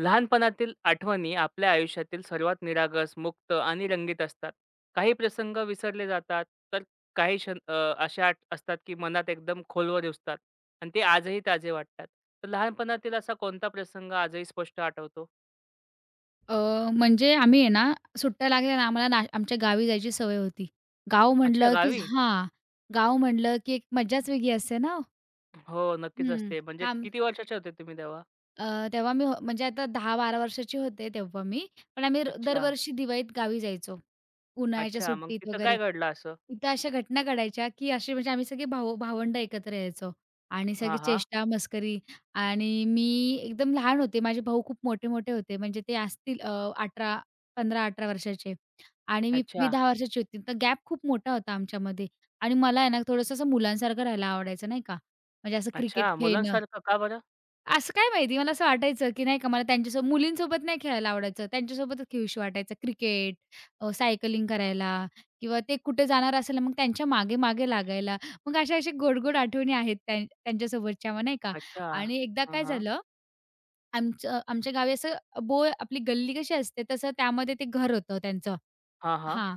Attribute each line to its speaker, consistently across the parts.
Speaker 1: लहानपणातील आठवणी आपल्या आयुष्यातील सर्वात निरागस, मुक्त आणि रंगीत असतात. काही प्रसंग विसरले जातात, तर काही क्षण अशा आठ असतात की मनात एकदम खोलवर रुजतात आणि ते आजही ताजे वाटतात. तर लहानपणातील असा कोणता प्रसंग आजही स्पष्ट आठवतो?
Speaker 2: अ, म्हणजे आम्ही आहे ना, सुट्ट्या लागल्या ना, आम्हाला ना आमच्या गावी जायची सवय होती. गाव
Speaker 1: अच्छा,
Speaker 2: म्हटलं की
Speaker 1: गावी?
Speaker 2: हां, गाव म्हटलं की एक मज्जाच वेगळी असते ना.
Speaker 1: हो, नक्कीच
Speaker 2: हं.
Speaker 1: असते. म्हणजे
Speaker 2: थांब.
Speaker 1: किती वर्षाचे होते तुम्ही तेव्हा?
Speaker 2: तेव्हा मी म्हणजे आता दहा 12 वर्षाची होते तेव्हा मी. पण आम्ही
Speaker 1: अच्छा,
Speaker 2: दरवर्षी दिवाळीत गावी जायचो. उन्हाळ्याच्या
Speaker 1: अच्छा. मग
Speaker 2: सुट्टीत
Speaker 1: तिथं
Speaker 2: वगैरे.
Speaker 1: काय घडलं असं?
Speaker 2: तिथं अशा घटना घडायच्या, की अशी म्हणजे आम्ही सगळे भाऊ भावंडं एकत्र यायचो आणि
Speaker 1: हां,
Speaker 2: सगळी
Speaker 1: हां.
Speaker 2: चेष्टा, मस्करी आणि मी एकदम लहान होते. माझे भाऊ खूप मोठे-मोठे होते. म्हणजे ते असतील 18 15-18 वर्षाचे आणि मी
Speaker 1: अच्छा,
Speaker 2: मी 10 वर्षाची होती. तर गॅप खूप मोठा होता आमच्यामध्ये आणि मला आहे ना थोडंसं असं मुलांसारखं राहायला आवडायचं नाही का. म्हणजे असं क्रिकेट
Speaker 1: अच्छा.
Speaker 2: खेळणं.
Speaker 1: मुलांसारखं का बरं?
Speaker 2: असं काय माहिती मला असं वाटायचं, की नाही का मला त्यांच्यासोबत मुलींसोबत नाही खेळायला आवडायचं. त्यांच्यासोबतच खेळूशी वाटायचं. क्रिकेट, सायकलिंग करायला किंवा ते कुठे जाणार असेल मग त्यांच्या मागे-मागे लागायला. मग अशा अशा गोड-गोड आठवणी आहेत त्यांच्यासोबतच्या मग नाही का.
Speaker 1: अच्छा.
Speaker 2: आणि एकदा
Speaker 1: हां,
Speaker 2: काय
Speaker 1: हां.
Speaker 2: झालं, आमच्या गावी असं बोळ आपली गल्ली कशी असते तसं त्यामध्ये ते घर होतं त्यांचं.
Speaker 1: हां, हां.
Speaker 2: हां.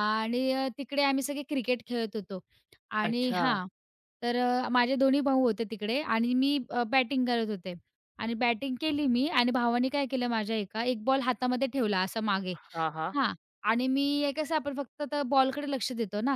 Speaker 2: आणि तिकडे आम्ही सगळे क्रिकेट खेळत होतो आणि
Speaker 1: अच्छा.
Speaker 2: हां, तर माझे दोन्ही भाऊ होते तिकडे आणि मी बॅटिंग करत होते आणि बॅटिंग केली मी आणि भावाने काय केलं माझ्या एक बॉल हातामध्ये ठेवला असा मागे.
Speaker 1: हां, हां.
Speaker 2: हां. आणि मी हे कसं आपण फक्त तर बॉलकडे लक्ष देतो ना,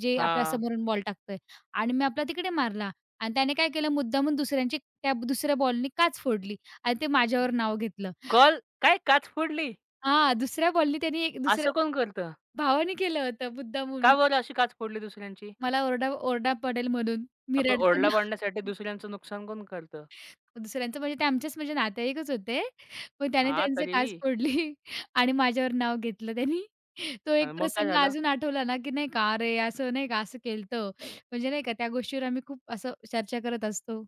Speaker 2: जे आपल्या
Speaker 1: हां.
Speaker 2: समोरून बॉल टाकतोय आणि मी आपला तिकडे मारला आणि त्याने काय केलं मुद्दामून दुसऱ्या बॉलनी काच फोडली आणि ते माझ्यावर नाव घेतलं.
Speaker 1: कॉल? काय काच फोडली?
Speaker 2: हां, दुसऱ्या बॉलनी त्याने
Speaker 1: असं
Speaker 2: दुसऱ्या
Speaker 1: कोण करतं?
Speaker 2: भावाने केलं होतं
Speaker 1: का
Speaker 2: मुद्दामून.
Speaker 1: बरं अशी काच फोडली दुसऱ्यांची?
Speaker 2: मला ओरडा ओरडा पडेल म्हणून. मी
Speaker 1: आपण ओरडा
Speaker 2: रडताना.
Speaker 1: पाडण्यासाठी दुसऱ्यांचं नुकसान कोण करतं?
Speaker 2: दुसऱ्यांचं म्हणजे ते आमचेच म्हणजे नातेवाईकच होते. पण त्याने
Speaker 1: हां,
Speaker 2: त्यांचे काच
Speaker 1: तरीही.
Speaker 2: फोडली आणि माझ्यावर नाव घेतलं त्यांनी. तो
Speaker 1: आणि
Speaker 2: एक
Speaker 1: मग काय
Speaker 2: प्रसंग
Speaker 1: झालं?
Speaker 2: अजून आठवला ना, की नाही का, "अरे, असं नाही का, असं केलं होतं." म्हणजे नाही का, त्या गोष्टीवर आम्ही खूप असं चर्चा करत असतो.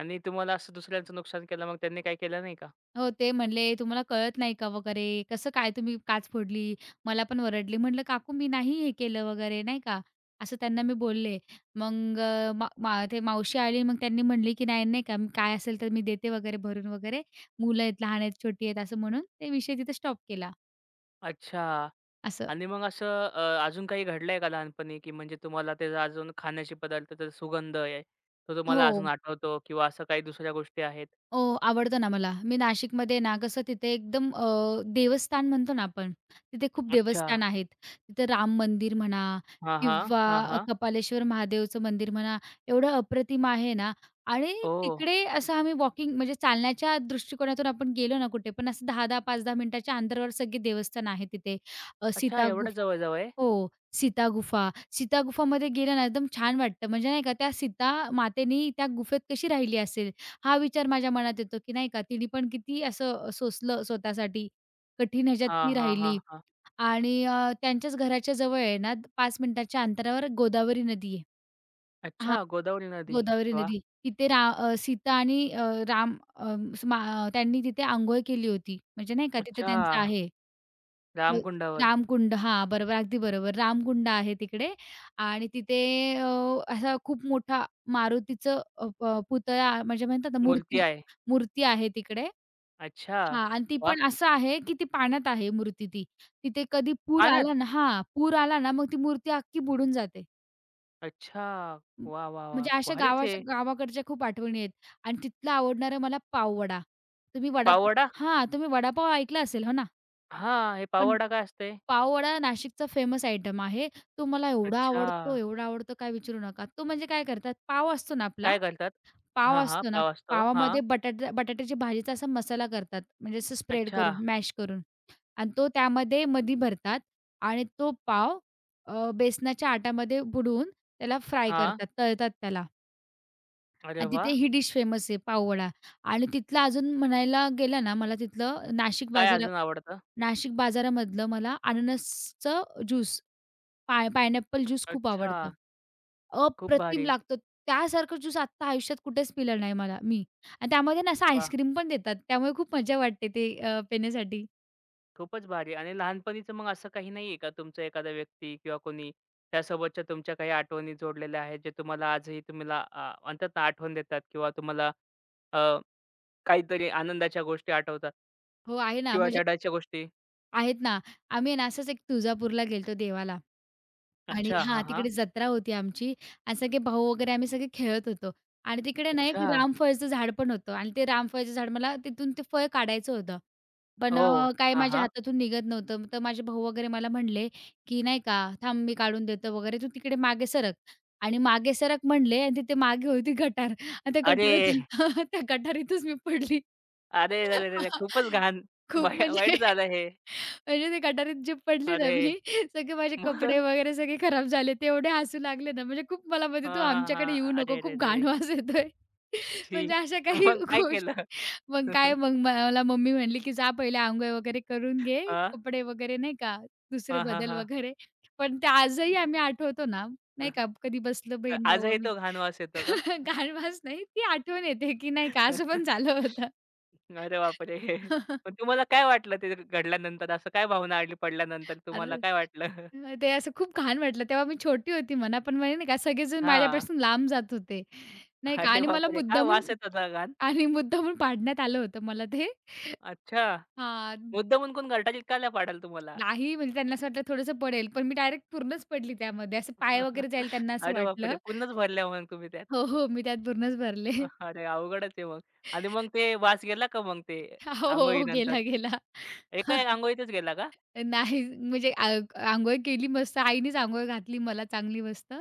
Speaker 1: आणि तुम्हाला असं दुसऱ्यांचं नुकसान केलं, मग त्यांनी काही केलं नाही का?
Speaker 2: हो, ते म्हणले, "तुम्हाला कळत नाही का?" वगैरे, "कसं काय तुम्ही काच फोडली?" मला पण ओरडले. म्हटलं, "काकू मी नाही हे केलं वगैरे," नाही का, असं त्यांना मी बोलले. मग अ, मा मा ते मावशी आली मग त्यांनी म्हणली, की "नाही, नाही का मी काय असेल तर मी देते वगैरे भरून वगैरे. मुलं आहेत, लहान आहेत, छोटी आहेत," असं म्हणून ते विषय तिथे स्टॉप केला.
Speaker 1: अच्छा.
Speaker 2: असं.
Speaker 1: आणि मग असं अजून काही घडलंय का लहानपणी, की म्हणजे तुम्हाला त्याचा अजून खाण्याचे पदार्थाचा सुगंध आहे, तो
Speaker 2: हो.
Speaker 1: तुम्हाला अजून आठवतो किंवा असं काही दुसऱ्या गोष्टी आहेत?
Speaker 2: हो, आवडतं ना मला. मी नाशिकमध्ये ना कसं तिथे एकदम देवस्थान म्हणतो ना आपण, तिथे खूप
Speaker 1: अच्छा.
Speaker 2: देवस्थान आहेत. तिथे राम मंदिर म्हणा
Speaker 1: हां, हां.
Speaker 2: किंवा
Speaker 1: हां, हां.
Speaker 2: कपालेश्वर महादेवचं मंदिर म्हणा, एवढं अप्रतिम आहे ना आणि
Speaker 1: ओह!
Speaker 2: तिकडे असं आम्ही वॉकिंग म्हणजे चालण्याच्या दृष्टिकोनातून आपण गेलो ना कुठे पण असं 10-10, 5-10 मिनिटाच्या अंतरावर सगळी देवस्थान आहे तिथे. अ,
Speaker 1: अच्छा,
Speaker 2: सीता
Speaker 1: एवढं जवळ-जवळ आहे?
Speaker 2: हो. सीता गुफा. सीता गुफामध्ये गेलं ना, एकदम छान वाटतं. म्हणजे नाही का त्या सीता मातेनी त्या गुफेत कशी राहिली असेल, हा विचार माझ्या मनात येतो, की नाही का तिने पण किती असं सोसलं स्वतःसाठी. कठीण ह्याच्यात
Speaker 1: हां,
Speaker 2: ती
Speaker 1: हां, हां,
Speaker 2: राहिली
Speaker 1: हां.
Speaker 2: आणि त्यांच्याच घराच्या जवळ आहे ना, 5 मिनिटाच्या अंतरावर गोदावरी नदी आहे.
Speaker 1: अच्छा,
Speaker 2: हां,
Speaker 1: गोदावरी नदी.
Speaker 2: गोदावरी
Speaker 1: वाह!
Speaker 2: नदी. तिथे रा अ, सीता आणि अ, राम अ, स्मा अ, त्यांनी तिथे अंघोळ केली होती. म्हणजे नाही का तिथे
Speaker 1: अच्छा!
Speaker 2: त्यांचं आहे. हो,
Speaker 1: रामकुंडावर
Speaker 2: रामकुंड हां, बरोबर. अगदी बरोबर. रामकुंड आहे तिकडे आणि तिथे अ, असा खूप मोठा मारुतीचं अ, प पुतळा म्हणजे म्हणतात ना
Speaker 1: मूर्ती
Speaker 2: मूर्ती.
Speaker 1: आहे.
Speaker 2: मूर्ती आहे तिकडे.
Speaker 1: अच्छा!
Speaker 2: हां आणि ती
Speaker 1: वाह!
Speaker 2: पण असं आहे, की ती पाण्यात आहे मूर्ती ती. तिथे कधी पूर
Speaker 1: पाण्यात?
Speaker 2: आला ना हां, पूर आला ना मग ती मूर्ती अख्खी बुडून जाते.
Speaker 1: अच्छा!
Speaker 2: म
Speaker 1: वाह, वाह, वाह!
Speaker 2: म्हणजे अशा
Speaker 1: भारीच आहे.
Speaker 2: गावाकडच्या खूप आठवणी आहेत आणि तिथला आवडणारा मला पाववडा. तुम्ही वडापाव
Speaker 1: पाववडा?
Speaker 2: हां, तुम्ही वडापाव ऐकला असेल हो ना?
Speaker 1: हां, हे
Speaker 2: पण
Speaker 1: पाववडा काय असते?
Speaker 2: पाववडा नाशिकचा फेमस आयटम आहे. तो मला एवढा
Speaker 1: अच्छा!
Speaker 2: आवडतो, एवढा आवडतो काय विचारू नका. तो म्हणजे काय करतात,
Speaker 1: काय करतात?
Speaker 2: पाव
Speaker 1: हां, हां,
Speaker 2: असतो ना,
Speaker 1: पाव असतो. हां.
Speaker 2: पावामध्ये बटाट्याची भाजीचा असा मसाला करतात. म्हणजे असं स्प्रेड
Speaker 1: अच्छा!
Speaker 2: करून, मॅश करून आणि तो त्यामध्ये मधी भरतात आणि तो पाव बेसनाच्या आटामध्ये बुडवून त्याला फ्राय
Speaker 1: हां.
Speaker 2: करतात, तळतात त्याला
Speaker 1: अरे
Speaker 2: आणि तिथे
Speaker 1: वाह!
Speaker 2: ही डिश फेमस आहे पाववडा आणि तिथलं अजून म्हणायला गेलं ना, मला तिथलं नाशिक
Speaker 1: काय
Speaker 2: बाजारा
Speaker 1: अजून आवडतं?
Speaker 2: नाशिक बाजारामधलं मला अननसचं ज्यूस पायनॅपल ज्यूस खूप
Speaker 1: अच्छा!
Speaker 2: आवडतं.
Speaker 1: खूप
Speaker 2: अप्रतिम
Speaker 1: भारी.
Speaker 2: लागतो. त्यासारखं ज्यूस आत्ता आयुष्यात कुठेच पिलं नाही मला मी. आणि त्यामध्ये ना असं
Speaker 1: वाह!
Speaker 2: आईस्क्रीम पण देतात. त्यामुळे खूप मजा वाटते ते पिण्यासाठी.
Speaker 1: खूपच भारी आणि लहानपणीचं मग असं काही नाहीये का तुमचा एखादा व्यक्ती किंवा कोणी त्यासोबतच्या तुमच्या काही आठवणी जोडलेल्या आहेत, जे तुम्हाला आजही तुम्हाला म्हणतात ना आठवण देतात किंवा तुम्हाला काहीतरी आनंदाच्या गोष्टी आठवतात.
Speaker 2: हो, आहे ना.
Speaker 1: किंवा
Speaker 2: म्हणजे
Speaker 1: रडायच्या गोष्टी.
Speaker 2: आहेत ना. आम्ही आहे ना असंच एक तुळजापूरला गेलतो देवाला आणि
Speaker 1: अच्छा.
Speaker 2: हां,
Speaker 1: हां, हां.
Speaker 2: तिकडे जत्रा होती आमची आणि सगळे भाऊ वगैरे आम्ही सगळे खेळत होतो. आणि तिकडे ना एक
Speaker 1: अच्छा.
Speaker 2: रामफळचं झाड पण होतं आणि ते रामफळाचं झाड मला तिथून ते फळ काढायचं होतं. पण
Speaker 1: ओह!
Speaker 2: काय
Speaker 1: हां,
Speaker 2: माझ्या
Speaker 1: हां.
Speaker 2: हातातून निघत नव्हतं. तर माझे भाऊ वगैरे मला म्हणले, की नाही का, "थांब मी काढून देतो" वगैरे, "तू तिकडे मागे सरक" आणि मागे सरक म्हणले आणि तिथे मागे होती गटार आणि त्या
Speaker 1: अरे!
Speaker 2: गटारात त्या गटारीतच मी पडली.
Speaker 1: अरे! रे, रे, रे! खूपच घाण.
Speaker 2: खूप
Speaker 1: वाईट
Speaker 2: म्हणजे
Speaker 1: झालं हे.
Speaker 2: म्हणजे ते गटारीत जे पडली ना मी,
Speaker 1: अरे!
Speaker 2: सगळे माझे कपडे
Speaker 1: मग?
Speaker 2: वगैरे सगळे खराब झाले. ते एवढे हसू लागले ना, म्हणजे खूप मला म्हणते, "तू
Speaker 1: हां, हां,
Speaker 2: आमच्याकडे येऊ
Speaker 1: हां.
Speaker 2: नको,
Speaker 1: अरे! रे,
Speaker 2: खूप
Speaker 1: रे,
Speaker 2: घाण
Speaker 1: रे!
Speaker 2: वास येतोय."
Speaker 1: छी!
Speaker 2: म्हणजे अशा काही
Speaker 1: मग काय
Speaker 2: गोष्टी.
Speaker 1: केलं?
Speaker 2: मग काय मग मला मम्मी म्हणली, की "जा पहिले अंघोळ वगैरे करून घे,
Speaker 1: हां.
Speaker 2: कपडे वगैरे नाही का, दुसरे
Speaker 1: हां, हां,
Speaker 2: बदल
Speaker 1: हां.
Speaker 2: वगैरे." पण ते आजही आम्ही आठवतो ना, नाही का, कधी बसलो
Speaker 1: तर
Speaker 2: बहीण-भाऊ
Speaker 1: आजही
Speaker 2: आम्ही.
Speaker 1: तो घाण वास येतो का?
Speaker 2: गाणवाच नाही, ती आठवण येते, की नाही का, असं पण झालं होतं.
Speaker 1: अरे बापरे! पण तुम्हाला काय वाटलं ते घडल्यानंतर? असं काय भावना आली पडल्यानंतर तुम्हाला
Speaker 2: अरे,
Speaker 1: काय वाटलं?
Speaker 2: मग ते असं खूप घाण वाटलं. तेव्हा मी छोटी होती म्हणा, पण म्हणजे नाही का, सगळेजण
Speaker 1: हां.
Speaker 2: माझ्यापासून लांब जात होते, नाही का
Speaker 1: अरे
Speaker 2: आणि मला
Speaker 1: बापरे! काय
Speaker 2: मुद्दामून
Speaker 1: वास येत होता घाण?
Speaker 2: आणि मुद्दामून पाडण्यात आलं होतं मला ते.
Speaker 1: अच्छा.
Speaker 2: हां.
Speaker 1: मुद्दामून कोण घरट्याची चिटकायला पाडाल तुम्हाला?
Speaker 2: नाही म्हणजे त्यांना असं वाटलं थोडंसं पडेल, पण मी डायरेक्ट पूर्णच पडली त्यामध्ये. असं पाय वगैरे जाईल त्यांना असं
Speaker 1: अरे बापरे!
Speaker 2: वाटलं.
Speaker 1: पूर्णच भरल्या मग तुम्ही त्यात.
Speaker 2: हो, हो. मी त्यात पूर्णच भरले.
Speaker 1: अरे अवघडच आहे मग. आणि मग ते वास गेला का मग ते
Speaker 2: हो, हो. हो,
Speaker 1: अंघोळीनंतर?
Speaker 2: गेला, गेला.
Speaker 1: एका अंघोळीतच गेला का?
Speaker 2: नाही म्हणजे आ अंघोळ केली मस्त. आईनेच अंघोळ घातली मला चांगली मस्त.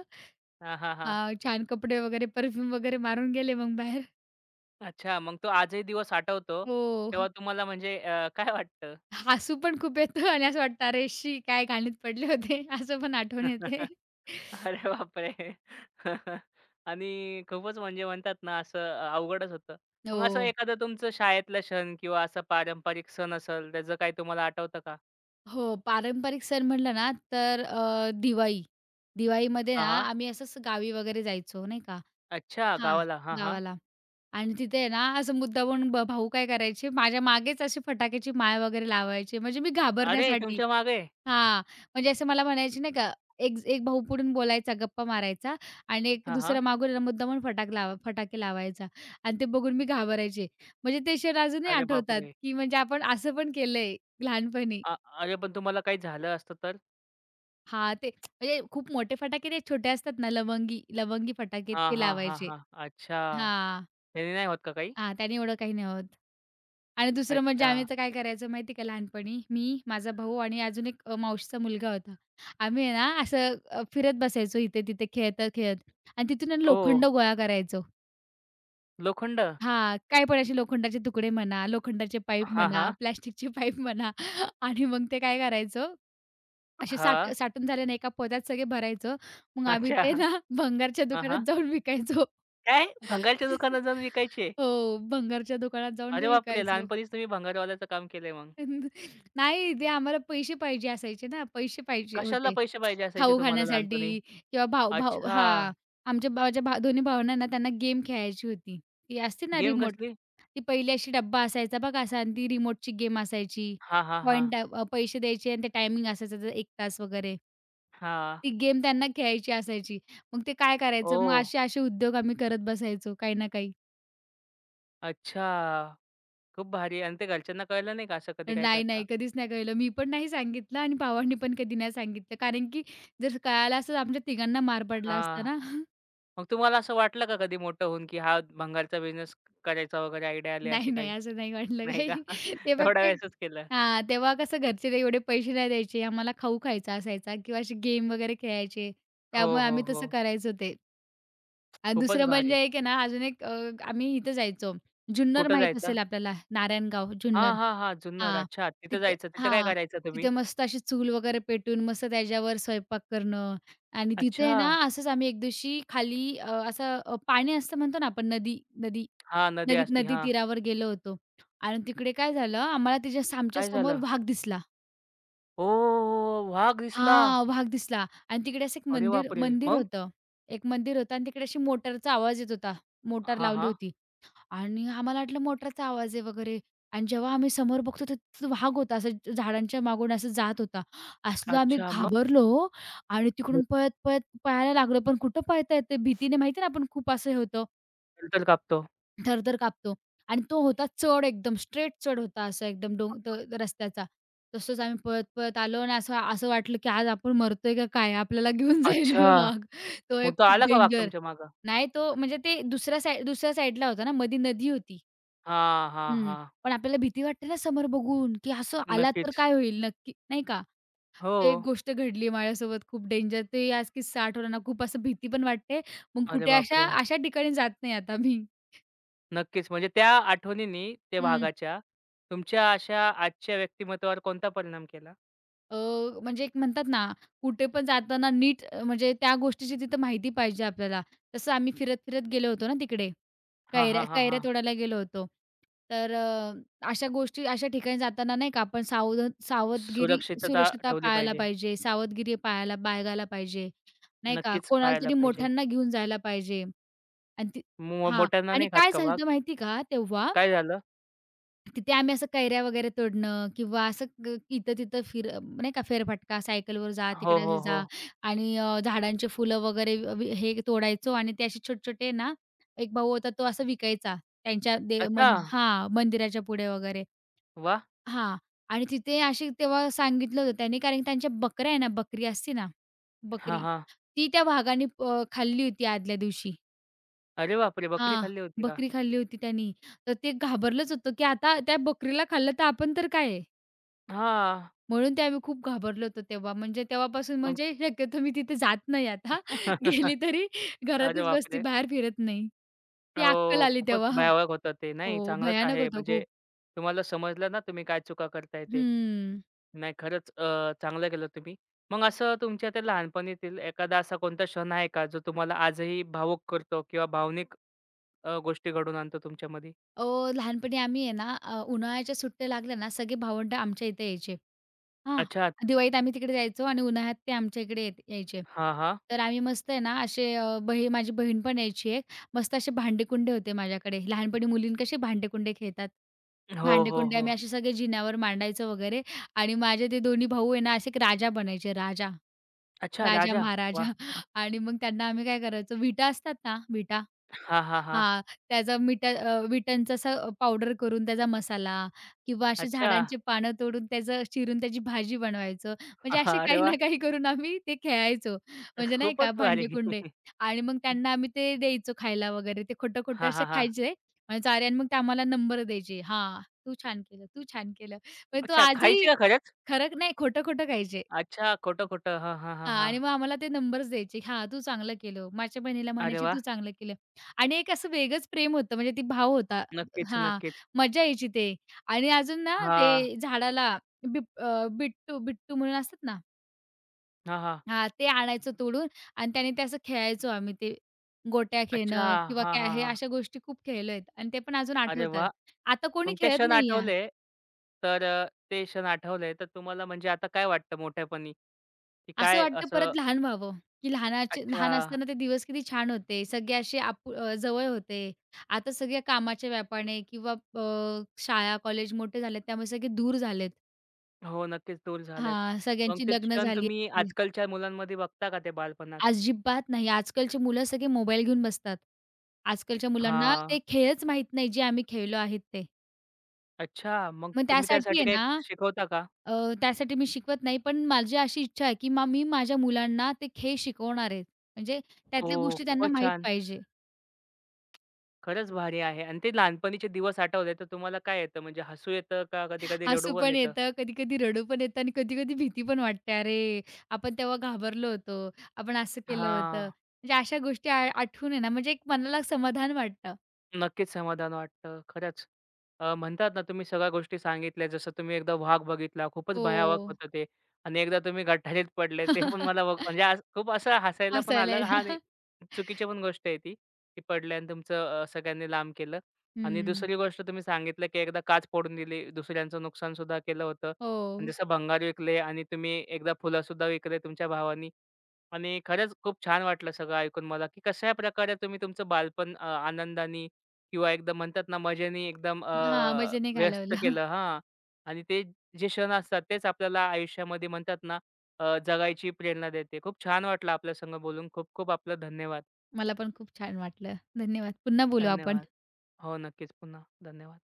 Speaker 1: हां, हां, हां.
Speaker 2: छान कपडे वगैरे, परफ्यूम वगैरे मारून गेले मग बाहेर.
Speaker 1: अच्छा, मग तो आजही दिवस आठवतो,
Speaker 2: हो.
Speaker 1: तेव्हा तुम्हाला म्हणजे काय वाटतं?
Speaker 2: हसू पण खूप येतं आणि असं वाटतं, "अरे शी! काय घाणीत पडले होते." असं पण आठवण येते.
Speaker 1: अरे बापरे! आणि खूपच म्हणजे म्हणतात ना, असं अवघडच होतं. मग असं
Speaker 2: हो.
Speaker 1: एखादं तुमचं शाळेतला क्षण किंवा असा पारंपरिक सण असेल, त्याचं काही तुम्हाला आठवतं का?
Speaker 2: हो, पारंपरिक सण म्हटलं ना, तर दिवाळी. दिवाळीमध्ये
Speaker 1: हां,
Speaker 2: ना,
Speaker 1: हां.
Speaker 2: आम्ही असंच गावी वगैरे जायचो नाही का,
Speaker 1: अच्छा,
Speaker 2: हां.
Speaker 1: गावाला. हां, हां.
Speaker 2: गावाला आणि तिथे आहे ना, असं मुद्दामहून भाऊ काय करायचे, माझ्या मागेच अशी फटाक्याची माळ वगैरे लावायचे, म्हणजे मी
Speaker 1: अरे,
Speaker 2: घाबरण्यासाठी.
Speaker 1: तुमच्या मागे?
Speaker 2: हां, म्हणजे असं मला म्हणायचे नाही का, एक एक भाऊ पुढून बोलायचा, गप्पा मारायचा आणि एक
Speaker 1: हां, हां.
Speaker 2: दुसरा मागून ना, मुद्दामहून फटाके लावायचा आणि ते बघून मी घाबरायचे. म्हणजे ते क्षण अजूनही
Speaker 1: अरे
Speaker 2: आठवतात,
Speaker 1: बापरे!
Speaker 2: की म्हणजे आपण असं पण केलंय लहानपणी.
Speaker 1: अ, अरे, पण तुम्हाला काही झालं असतं तर?
Speaker 2: हां, ते म्हणजे खूप मोठे फटाके ते छोटे असतात ना, लवंगी लवंगी फटाके
Speaker 1: हां,
Speaker 2: ते
Speaker 1: हां, हां,
Speaker 2: लावायचे.
Speaker 1: हां. अच्छा,
Speaker 2: हां,
Speaker 1: त्याने नाही होत का काही?
Speaker 2: हां, त्याने एवढं काही नाही होत. आणि दुसरं म्हणजे
Speaker 1: अच्छा.
Speaker 2: आम्ही तर काय करायचो माहिती आहे का लहानपणी, मी, माझा भाऊ आणि अजून एक मावशीचा मुलगा होता. आम्ही आहे ना असं फिरत बसायचो इथे-तिथे, खेळता-खेळत आणि तिथून आहे ना
Speaker 1: ओह!
Speaker 2: लोखंड गोळा करायचो.
Speaker 1: लोखंड?
Speaker 2: हां, काय पण असे लोखंडाचे तुकडे म्हणा, लोखंडाचे पाईप
Speaker 1: हां,
Speaker 2: म्हणा,
Speaker 1: हां.
Speaker 2: प्लास्टिकचे पाईप म्हणा आणि मग ते काय करायचो असे
Speaker 1: हां.
Speaker 2: साठून झाले ना एका पदरात सगळे भरायचो. मग आम्ही ते
Speaker 1: अच्छा.
Speaker 2: ना भंगारच्या
Speaker 1: हां,
Speaker 2: दुकानात
Speaker 1: हां.
Speaker 2: जाऊन विकायचो.
Speaker 1: काय? भंगारच्या दुकानात जाऊन विकायचे?
Speaker 2: हो, भंगारच्या दुकानात जाऊन
Speaker 1: अरे
Speaker 2: ते
Speaker 1: बापरे!
Speaker 2: विकायचो.
Speaker 1: लहानपणीच तुम्ही भंगारवाल्याचं काम केलंय मग.
Speaker 2: नाही ते आम्हाला पैसे पाहिजे असायचे ना, पैसे पाहिजे
Speaker 1: कशाला
Speaker 2: होते.
Speaker 1: पैसे पाहिजे असायचे
Speaker 2: खाऊ
Speaker 1: तुम्हाला लहानपणी?
Speaker 2: खाण्यासाठी किंवा भाऊ भाऊ
Speaker 1: अच्छा.
Speaker 2: हां, आमच्या माझ्या भा दोन्ही भावांना ना त्यांना गेम खेळायची होती. ती असते ना
Speaker 1: गेम
Speaker 2: रिमोट.
Speaker 1: कसली?
Speaker 2: ती पहिली अशी डब्बा असायचा बघा असा आणि ती रिमोटची गेम असायची.
Speaker 1: हां, हां, हां.
Speaker 2: पॉइंट पैसे द्यायचे आणि ते टायमिंग असायचं 1 तास वगैरे.
Speaker 1: हां.
Speaker 2: ती गेम त्यांना खेळायची असायची. मग ते काय करायचं, मग
Speaker 1: ओह!
Speaker 2: असे-असे उद्योग आम्ही करत बसायचो काही ना काही.
Speaker 1: अच्छा. खूप भारी आणि ते घरच्यांना कळलं नाही का असं कधी काय
Speaker 2: नाही,
Speaker 1: करता?
Speaker 2: नाही, कधीच नाही कळलं. मी पण नाही सांगितलं आणि भावांनी पण कधी नाही सांगितलं. कारण की जर कळालं असतं तर आमच्या तिघांना मार पडला असता
Speaker 1: हां.
Speaker 2: ना.
Speaker 1: मग तुम्हाला असं वाटलं का कधी मोठं होऊन, की हा भंगारचा बिझनेस करायचा वगैरे आयडिया आली अशी
Speaker 2: नाही, नाही,
Speaker 1: काही?
Speaker 2: असं नाही वाटलं
Speaker 1: नाही का?
Speaker 2: काही. ते
Speaker 1: तेवढ्या
Speaker 2: फक्त
Speaker 1: वेळेसच केलं.
Speaker 2: हां, तेव्हा कसं घरचे काही एवढे पैसे नाही द्यायचे. आम्हाला खाऊ खायचा असायचा किंवा अशी गेम वगैरे खेळायचे.
Speaker 1: हो,
Speaker 2: त्यामुळे
Speaker 1: हो,
Speaker 2: आम्ही
Speaker 1: हो.
Speaker 2: तसं करायचो ते. आणि
Speaker 1: खूपच
Speaker 2: दुसरं
Speaker 1: भारी.
Speaker 2: म्हणजे एक आहे ना, अजून एक आम्ही इथं जायचो. जुन्नर
Speaker 1: कुठं
Speaker 2: माहीत
Speaker 1: जायचं?
Speaker 2: असेल आपल्याला, नारायणगाव,
Speaker 1: हां,
Speaker 2: जुन्नर.
Speaker 1: हां, हां. जुन्नर.
Speaker 2: हां,
Speaker 1: अच्छा. तिथं
Speaker 2: तिथे
Speaker 1: जायचं. तिथं काय
Speaker 2: हां,
Speaker 1: करायचं तुम्ही?
Speaker 2: तिथे मस्त अशी चूल वगैरे पेटून मस्त त्याच्यावर स्वयंपाक करणं आणि तिथे आहे
Speaker 1: अच्छा.
Speaker 2: ना, असंच आम्ही एक दिवशी खाली अ, असं अ, पाणी असतं म्हणतो ना आपण नदी नदी
Speaker 1: हां, नदी
Speaker 2: नदीत
Speaker 1: असती. हां.
Speaker 2: तीरावर गेलो होतो आणि तिकडे काय झालं, आम्हाला तिच्या आमच्या
Speaker 1: काय
Speaker 2: समोर
Speaker 1: झालं?
Speaker 2: वाघ दिसला.
Speaker 1: ओह! वाघ दिसला.
Speaker 2: हां, वाघ दिसला आणि तिकडे असं एक
Speaker 1: अरे
Speaker 2: मंदिर
Speaker 1: बापरे!
Speaker 2: मंदिर
Speaker 1: मग?
Speaker 2: होतं. एक मंदिर होतं आणि तिकडे अशी मोटारचा आवाज येत होता. मोटार
Speaker 1: हां,
Speaker 2: लावली
Speaker 1: हां.
Speaker 2: होती आणि आम्हाला वाटलं मोटारचा आवाज आहे वगैरे आणि जेव्हा आम्ही समोर बघतो तर तिथं वाघ होता. असं झाडांच्या मागून असं जात होता. असलो आम्ही
Speaker 1: अच्छा, मग?
Speaker 2: घाबरलो आणि
Speaker 1: हो,
Speaker 2: तिकडून पळत, पळत पळायला लागलो. पण कुठं पळता येतं? भीतीने माहिती ना, आपण खूप असं हे होतं.
Speaker 1: नंतर कापतो.
Speaker 2: थरथर कापतो आणि तो होता चढ एकदम, स्ट्रेट चढ होता असा एकदम डों त रस्त्याचा. तसंच आम्ही पळत-पळत आलो आणि असं असं वाटलं, की आज आपण मरतोय का काय? आपल्याला घेऊन जाईल हे
Speaker 1: अच्छा.
Speaker 2: वाघ. तो एक
Speaker 1: मग तो
Speaker 2: खूप
Speaker 1: आला का वाघ
Speaker 2: डेंजर.
Speaker 1: तुमच्या मागे?
Speaker 2: नाही तो म्हणजे ते दुसऱ्या साईडला होता ना, मधी नदी होती.
Speaker 1: हां, हां,
Speaker 2: हं.
Speaker 1: हां.
Speaker 2: पण आपल्याला भीती वाटते ना समोर बघून, की असं आला तर
Speaker 1: नक्कीच.
Speaker 2: काय होईल नक्की, नाही का?
Speaker 1: हो.
Speaker 2: ते एक गोष्ट घडली माझ्यासोबत खूप डेंजर. ते आज किस्सा आठवला ना, खूप असं भीती पण वाटते. मग
Speaker 1: अरे
Speaker 2: कुठे अशा
Speaker 1: बापरे!
Speaker 2: अशा ठिकाणी जात नाही आता मी.
Speaker 1: नक्कीच. म्हणजे त्या आठवणींनी त्या वाघाच्या तुमच्या अशा आजच्या व्यक्तिमत्वावर कोणता परिणाम केला?
Speaker 2: अ, म्हणजे एक म्हणतात ना, कुठे पण जाताना नीट म्हणजे त्या गोष्टीची तिथं माहिती पाहिजे आपल्याला. तसं आम्ही फिरत-फिरत गेलो होतो ना तिकडे.
Speaker 1: हां,
Speaker 2: कैऱ्या
Speaker 1: हां, हां,
Speaker 2: कैऱ्या
Speaker 1: हां.
Speaker 2: तोडायला गेलो होतो. तर अ, अशा गोष्टी अशा ठिकाणी जाताना नाही का आपण सावधगिरी,
Speaker 1: सुरक्षितता
Speaker 2: सुरक्षता
Speaker 1: ठेवली
Speaker 2: पाळायला
Speaker 1: पाहिजे.
Speaker 2: पाहिजे, सावधगिरी पाळायला बाळगायला पाहिजे, नाही का.
Speaker 1: नक्कीच
Speaker 2: कोणाला
Speaker 1: पाळायला
Speaker 2: तरी
Speaker 1: पाहिजे.
Speaker 2: मोठ्यांना घेऊन जायला पाहिजे. आणि ती
Speaker 1: मो
Speaker 2: हां.
Speaker 1: मोठ्यांना
Speaker 2: आणि
Speaker 1: नाही खात
Speaker 2: काय
Speaker 1: का वाघ?
Speaker 2: झालं माहिती का तेव्हा?
Speaker 1: काय झालं?
Speaker 2: तिथे आम्ही असं कैऱ्या वगैरे तोडणं किंवा असं ग इथं-तिथं नाही का फेरफटका, सायकलवर जा,
Speaker 1: हो,
Speaker 2: तिकडे हे
Speaker 1: हो, हो.
Speaker 2: जा. आणि झाडांचे फुलं वगैरे अ, वी हे तोडायचो आणि ते असे छोटे-छोटे ना, एक भाऊ होता तो असं विकायचा त्यांच्या दे
Speaker 1: अच्छा.
Speaker 2: मन हां, मंदिराच्या पुढे वगैरे.
Speaker 1: वाह!
Speaker 2: हां. आणि तिथे अशी तेव्हा सांगितलं होतं त्यांनी कारण की त्यांच्या बकऱ्या आहे ना, बकरी असते ना,
Speaker 1: हां,
Speaker 2: बकरी
Speaker 1: हां.
Speaker 2: ती त्या वाघाने खाल्ली होती आदल्या दिवशी.
Speaker 1: अरे बापरे! बकरी
Speaker 2: हां,
Speaker 1: खाल्ली होती का?
Speaker 2: बकरी खाल्ली होती त्यांनी. तर ते घाबरलंच होतं, की आता त्या बकरीला खाल्लं तर आपण तर काय आहे?
Speaker 1: हां.
Speaker 2: म्हणून ते आम्ही खूप घाबरलो होतो तेव्हा. म्हणजे तेव्हापासून
Speaker 1: मग
Speaker 2: म्हणजे शक्यतो मी तिथे जात नाही आता. गेली तरी
Speaker 1: अरे
Speaker 2: घरातच बसते,
Speaker 1: बापरे!
Speaker 2: बाहेर फिरत नाही. ती अक्कल
Speaker 1: हो,
Speaker 2: आली
Speaker 1: खूपच
Speaker 2: तेव्हा.
Speaker 1: भयावह होतं ते. नाही,
Speaker 2: हो,
Speaker 1: चांगलंच
Speaker 2: भयानक
Speaker 1: आहे
Speaker 2: होतं
Speaker 1: म्हणजे
Speaker 2: खूप.
Speaker 1: तुम्हाला समजलं ना तुम्ही काय चुका करताय ते.
Speaker 2: हं.
Speaker 1: नाही, खरंच चांगलं केलं तुम्ही. मग असं तुमच्या त्या लहानपणीतील एखादा असा कोणता क्षण आहे का जो तुम्हाला आजही भावूक करतो किंवा भावनिक गोष्टी घडवून आणतो तुमच्यामध्ये?
Speaker 2: अहो, लहानपणी आम्ही आहे ना, उन्हाळ्याच्या सुट्ट्या लागल्या ना, सगळे भावंडं आमच्या इथे यायचे. हां,
Speaker 1: अच्छा.
Speaker 2: दिवाळीत आम्ही तिकडे जायचो आणि उन्हाळ्यात ते आमच्या इकडे यायचे.
Speaker 1: हां, हां.
Speaker 2: तर आम्ही मस्त आहे ना, असे अ, बही माझी बहीण पण यायची एक. मस्त असे भांडेकुंडे होते माझ्याकडे. लहानपणी मुलीं कसे भांडेकुंडे खेळतात.
Speaker 1: हो, हो,
Speaker 2: भांडेकुंडे
Speaker 1: हो.
Speaker 2: आम्ही असे सगळे जिन्यावर मांडायचो वगैरे. आणि माझे ते दोन्ही भाऊ आहे ना, असे एक राजा बनायचे राजा.
Speaker 1: अच्छा,
Speaker 2: राजा,
Speaker 1: राजा. वाह!
Speaker 2: महाराजा. आणि मग त्यांना आम्ही काय करायचो विटा असतात ना, विटा
Speaker 1: हां, हां, हां.
Speaker 2: हां, विटणचा असा पावडर करून त्याचा मसाला किंवा अशी
Speaker 1: अच्छा.
Speaker 2: झाडांची पानं तोडून त्याचं चिरून त्याची भाजी बनवायचं. म्हणजे असे
Speaker 1: अरे
Speaker 2: काही ना
Speaker 1: वाह!
Speaker 2: काही करून आम्ही ते खेळायचो. म्हणजे नाही
Speaker 1: खूपच
Speaker 2: का
Speaker 1: भारी.
Speaker 2: भांडे-कुंडे. आणि मग त्यांना आम्ही ते द्यायचो खायला वगैरे. ते खोटं-खोटं
Speaker 1: हां,
Speaker 2: असे
Speaker 1: हां, हां.
Speaker 2: खायचे म्हणायचो, "अरे" आणि मग ते आम्हाला नंबर द्यायचे. "हां, तू छान केलं, तू छान केलं." म्हणजे तो
Speaker 1: अच्छा, खायची
Speaker 2: आजही
Speaker 1: का खरंच?
Speaker 2: खरं नाही खोटं-खोटं खायचे.
Speaker 1: अच्छा, खोटं-खोटं. हां, हां, हां,
Speaker 2: हां.
Speaker 1: हां.
Speaker 2: आणि मग आम्हाला ते नंबर्स द्यायचे. हां, तू चांगलं केलं. माझ्या बहिणीला
Speaker 1: अरे
Speaker 2: म्हणायची,
Speaker 1: वाह!
Speaker 2: "तू चांगलं केलं." आणि एक असं वेगळंच प्रेम होतं. म्हणजे ती भाव होता.
Speaker 1: नक्कीच,
Speaker 2: हां,
Speaker 1: नक्कीच.
Speaker 2: मजा यायची ते. आणि अजून ना
Speaker 1: हां.
Speaker 2: ते झाडाला बिट्टू बिट्टू म्हणून असतात ना.
Speaker 1: हां, हां.
Speaker 2: हां, ते आणायचं तोडून आणि त्याने ते असं खेळायचो आम्ही ते गोट्या
Speaker 1: अच्छा.
Speaker 2: खेळणं किंवा
Speaker 1: हां,
Speaker 2: काय
Speaker 1: हां,
Speaker 2: हे
Speaker 1: हां.
Speaker 2: अशा गोष्टी खूप खेळलोय आणि ते पण अजून
Speaker 1: अरे
Speaker 2: आठवतात.
Speaker 1: वाह!
Speaker 2: आता कोणी
Speaker 1: मग ते
Speaker 2: खेळत
Speaker 1: क्षण
Speaker 2: नाही.
Speaker 1: आठवले, तर ते क्षण आठवले, तर तुम्हाला म्हणजे आता काय वाटतं मोठेपणी, की
Speaker 2: असं
Speaker 1: काय
Speaker 2: वाटतं
Speaker 1: असं
Speaker 2: परत लहान व्हावं, की लहानाचे
Speaker 1: अच्छा.
Speaker 2: लहान असताना ते दिवस किती छान होते. सगळे असे जवळ होते. आता सगळ्या कामाच्या व्यापाने किंवा शाळा, कॉलेज मोठे झालेत, त्यामुळे सगळे दूर झालेत.
Speaker 1: हो, नक्कीच दूर झालेत.
Speaker 2: हां,
Speaker 1: मग
Speaker 2: सगळ्यांची
Speaker 1: ते
Speaker 2: लग्न
Speaker 1: क्षण
Speaker 2: झाली.
Speaker 1: तुम्ही आजकालच्या मुलांमध्ये बघता का ते बालपणात?
Speaker 2: अजिबात नाही. आजकालची मुलं सगळे मोबाईल घेऊन बसतात. आजकालच्या मुलांना
Speaker 1: हां.
Speaker 2: ते खेळच माहीत नाही, जे आम्ही खेळलो आहेत ते.
Speaker 1: अच्छा. मग
Speaker 2: मग
Speaker 1: तुम्ही
Speaker 2: त्यासाठी
Speaker 1: त्यासाठी
Speaker 2: आहे
Speaker 1: काही
Speaker 2: ना,
Speaker 1: शिकवता का?
Speaker 2: अ, त्यासाठी मी शिकवत नाही, पण माझी अशी इच्छा आहे, की मी माझ्या मुलांना ते खेळ शिकवणार आहे. म्हणजे त्यातल्या
Speaker 1: ओह!
Speaker 2: गोष्टी त्यांना
Speaker 1: खूपच
Speaker 2: माहीत
Speaker 1: छान.
Speaker 2: पाहिजे.
Speaker 1: खरंच भारी आहे आणि ते लहानपणीचे दिवस आठवले तर तुम्हाला काय येतं? म्हणजे हसू येतं का कधी-कधी
Speaker 2: हसू
Speaker 1: रडू पण
Speaker 2: पण
Speaker 1: येतं?
Speaker 2: येतं, कधी-कधी रडू पण येतं आणि कधी-कधी भीती पण वाटते. अरे, आपण तेव्हा घाबरलो होतो. आपण असं केलं
Speaker 1: हां.
Speaker 2: होतं. म्हणजे अशा गोष्टी आठवून आहे ना, म्हणजे एक मनाला समाधान वाटतं.
Speaker 1: नक्कीच समाधान वाटतं. खरंच. म्हणतात ना तुम्ही सगळ्या गोष्टी सांगितल्या. जसं तुम्ही एकदा वाघ बघितला, खूपच भयावह
Speaker 2: हो.
Speaker 1: होतं ते आणि एकदा तुम्ही गटारीत पडले ते पण मला बघ म्हणजे आज खूप असं हसायला पण
Speaker 2: हसायला
Speaker 1: आलं हां, नाही, चुकीची पण गोष्ट आहे ती, की पडले आणि तुमचं सगळ्यांनी लांब केलं आणि
Speaker 2: हं.
Speaker 1: दुसरी गोष्ट तुम्ही सांगितलं, की एकदा काच फोडून दिली, दुसऱ्यांचं नुकसानसुद्धा केलं होतं
Speaker 2: हो.
Speaker 1: आणि जसं भंगार विकले आणि तुम्ही एकदा फुलंसुद्धा विकले तुमच्या भावानी. आणि खरंच खूप छान वाटलं सगळं ऐकून मला, की कशा प्रकारे तुम्ही तुमचं बालपण आनंदाने किंवा एकदम म्हणतात ना मजेने एकदम
Speaker 2: हां, मजेने
Speaker 1: व्यस्त
Speaker 2: घालवलं.
Speaker 1: केलं हां. आणि ते जे क्षण असतात तेच आपल्याला आयुष्यामध्ये म्हणतात ना जगायची प्रेरणा देते. खूप छान वाटलं आपल्या संग बोलून. खूप खूप आपलं धन्यवाद.
Speaker 2: मला पण खूप छान वाटलं. धन्यवाद. पुन्हा बोलू आपण.
Speaker 1: धन्यवाद. हो, नक्कीच. पुन्हा धन्यवाद.